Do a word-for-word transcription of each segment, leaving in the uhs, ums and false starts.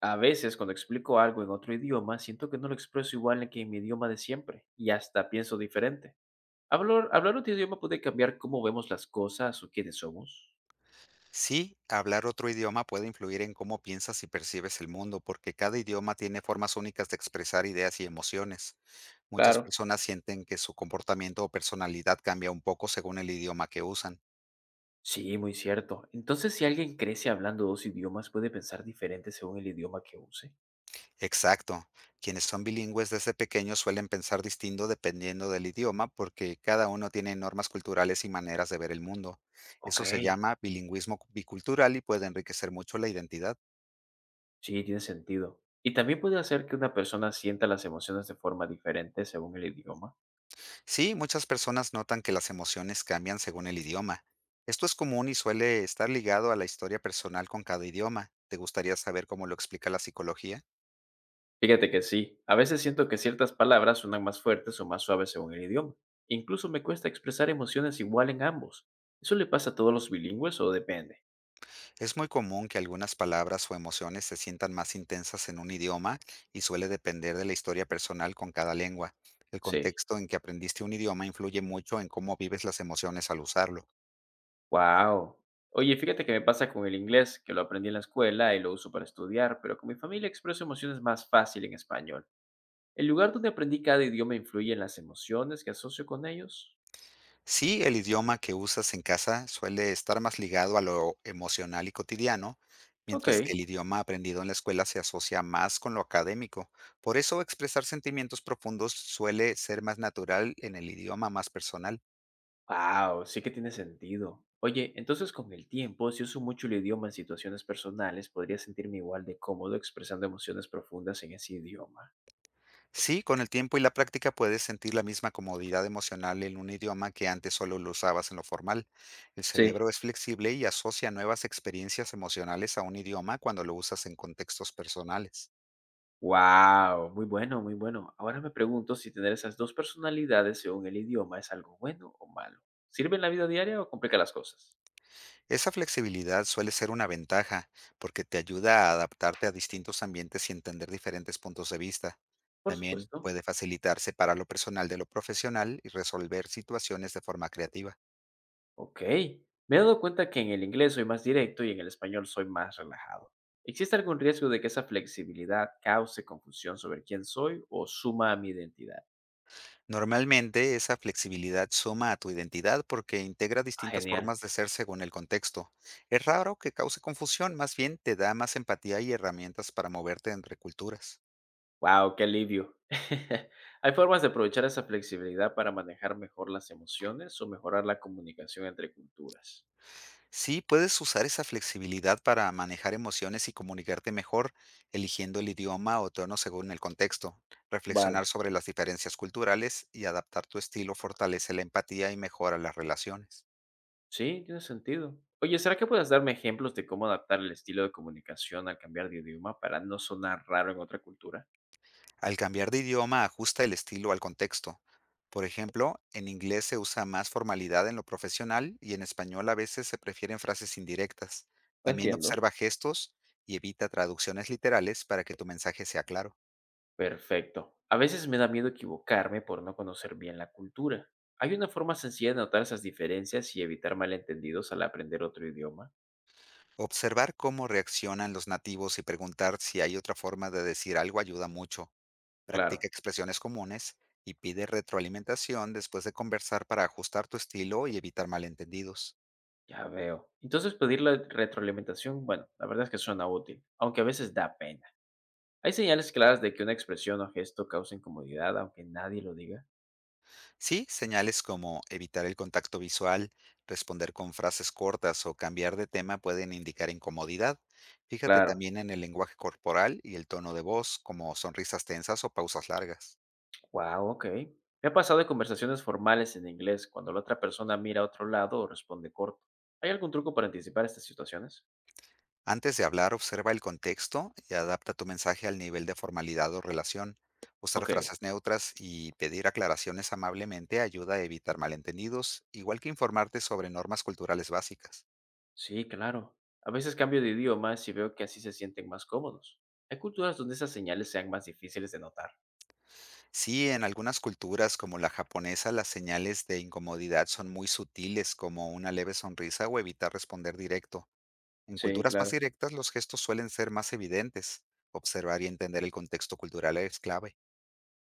A veces, cuando explico algo en otro idioma, siento que no lo expreso igual que en mi idioma de siempre y hasta pienso diferente. Hablar, hablar otro idioma puede cambiar cómo vemos las cosas o quiénes somos. Sí, hablar otro idioma puede influir en cómo piensas y percibes el mundo, porque cada idioma tiene formas únicas de expresar ideas y emociones. Muchas Claro. personas sienten que su comportamiento o personalidad cambia un poco según el idioma que usan. Sí, muy cierto. Entonces, si alguien crece hablando dos idiomas, puede pensar diferente según el idioma que use. Exacto. Quienes son bilingües desde pequeños suelen pensar distinto dependiendo del idioma, porque cada uno tiene normas culturales y maneras de ver el mundo. Ok, Eso se llama bilingüismo bicultural y puede enriquecer mucho la identidad. sí, tiene sentido. Y también puede hacer que una persona sienta las emociones de forma diferente según el idioma. Sí, muchas personas notan que las emociones cambian según el idioma. Esto es común y suele estar ligado a la historia personal con cada idioma. ¿Te gustaría saber cómo lo explica la psicología? Fíjate que sí, a veces siento que ciertas palabras suenan más fuertes o más suaves según el idioma. Incluso me cuesta expresar emociones igual en ambos. ¿Eso le pasa a todos los bilingües o depende? Es muy común que algunas palabras o emociones se sientan más intensas en un idioma, y suele depender de la historia personal con cada lengua. El Sí. contexto en que aprendiste un idioma influye mucho en cómo vives las emociones al usarlo. Wow. Oye, fíjate que me pasa con el inglés, que lo aprendí en la escuela y lo uso para estudiar, pero con mi familia expreso emociones más fácil en español. ¿El lugar donde aprendí cada idioma influye en las emociones que asocio con ellos? Sí, el idioma que usas en casa suele estar más ligado a lo emocional y cotidiano, Ok. mientras que el idioma aprendido en la escuela se asocia más con lo académico. Por eso expresar sentimientos profundos suele ser más natural en el idioma más personal. Wow, sí que tiene sentido. Oye, entonces con el tiempo, si uso mucho el idioma en situaciones personales, podría sentirme igual de cómodo expresando emociones profundas en ese idioma. Sí, con el tiempo y la práctica puedes sentir la misma comodidad emocional en un idioma que antes solo lo usabas en lo formal. El Sí. cerebro es flexible y asocia nuevas experiencias emocionales a un idioma cuando lo usas en contextos personales. Wow, muy bueno, muy bueno. Ahora me pregunto si tener esas dos personalidades según el idioma es algo bueno o malo. ¿Sirve en la vida diaria o complica las cosas? Esa flexibilidad suele ser una ventaja, porque te ayuda a adaptarte a distintos ambientes y entender diferentes puntos de vista. Por También supuesto. puede facilitar separar lo personal de lo profesional y resolver situaciones de forma creativa. Ok. Me he dado cuenta que en el inglés soy más directo y en el español soy más relajado. ¿Existe algún riesgo de que esa flexibilidad cause confusión sobre quién soy o suma a mi identidad? Normalmente esa flexibilidad suma a tu identidad, porque integra Ah, distintas genial. formas de ser según el contexto. Es raro que cause confusión; más bien te da más empatía y herramientas para moverte entre culturas. Wow, qué alivio. ¿Hay formas de aprovechar esa flexibilidad para manejar mejor las emociones o mejorar la comunicación entre culturas? Sí, puedes usar esa flexibilidad para manejar emociones y comunicarte mejor, eligiendo el idioma o tono según el contexto. Reflexionar Vale. sobre las diferencias culturales y adaptar tu estilo fortalece la empatía y mejora las relaciones. Sí, tiene sentido. Oye, ¿será que puedes darme ejemplos de cómo adaptar el estilo de comunicación al cambiar de idioma para no sonar raro en otra cultura? Al cambiar de idioma, ajusta el estilo al contexto. Por ejemplo, en inglés se usa más formalidad en lo profesional, y en español a veces se prefieren frases indirectas. También Entiendo. observa gestos y evita traducciones literales para que tu mensaje sea claro. Perfecto. A veces me da miedo equivocarme por no conocer bien la cultura. ¿Hay una forma sencilla de notar esas diferencias y evitar malentendidos al aprender otro idioma? Observar cómo reaccionan los nativos y preguntar si hay otra forma de decir algo ayuda mucho. Claro, Practica expresiones comunes y pide retroalimentación después de conversar para ajustar tu estilo y evitar malentendidos. ya veo. Entonces pedir la retroalimentación, bueno, la verdad es que suena útil, aunque a veces da pena. ¿Hay señales claras de que una expresión o gesto causa incomodidad aunque nadie lo diga? Sí, señales como evitar el contacto visual, responder con frases cortas o cambiar de tema pueden indicar incomodidad. Fíjate Claro. también en el lenguaje corporal y el tono de voz, como sonrisas tensas o pausas largas. Wow, ok. Me ha pasado en conversaciones formales en inglés cuando la otra persona mira a otro lado o responde corto. ¿Hay algún truco para anticipar estas situaciones? Antes de hablar, observa el contexto y adapta tu mensaje al nivel de formalidad o relación. Usar Ok. frases neutras y pedir aclaraciones amablemente ayuda a evitar malentendidos, igual que informarte sobre normas culturales básicas. Sí, claro. A veces cambio de idiomas y veo que así se sienten más cómodos. Hay culturas donde esas señales sean más difíciles de notar. Sí, en algunas culturas como la japonesa, las señales de incomodidad son muy sutiles, como una leve sonrisa o evitar responder directo. En Sí, culturas más claro. directas, los gestos suelen ser más evidentes. Observar y entender el contexto cultural es clave.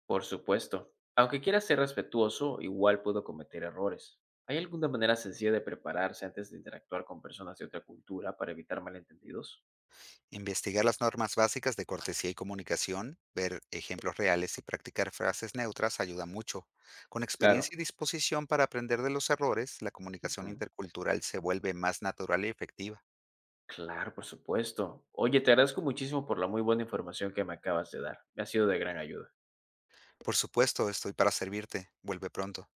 Por supuesto. Aunque quiera ser respetuoso, igual puedo cometer errores. ¿Hay alguna manera sencilla de prepararse antes de interactuar con personas de otra cultura para evitar malentendidos? Investigar las normas básicas de cortesía y comunicación, ver ejemplos reales y practicar frases neutras ayuda mucho. Con Claro. experiencia y disposición para aprender de los errores, la comunicación Ujú. intercultural se vuelve más natural y efectiva. Claro, por supuesto. Oye, te agradezco muchísimo por la muy buena información que me acabas de dar. Me ha sido de gran ayuda. Por supuesto, estoy para servirte. Vuelve pronto.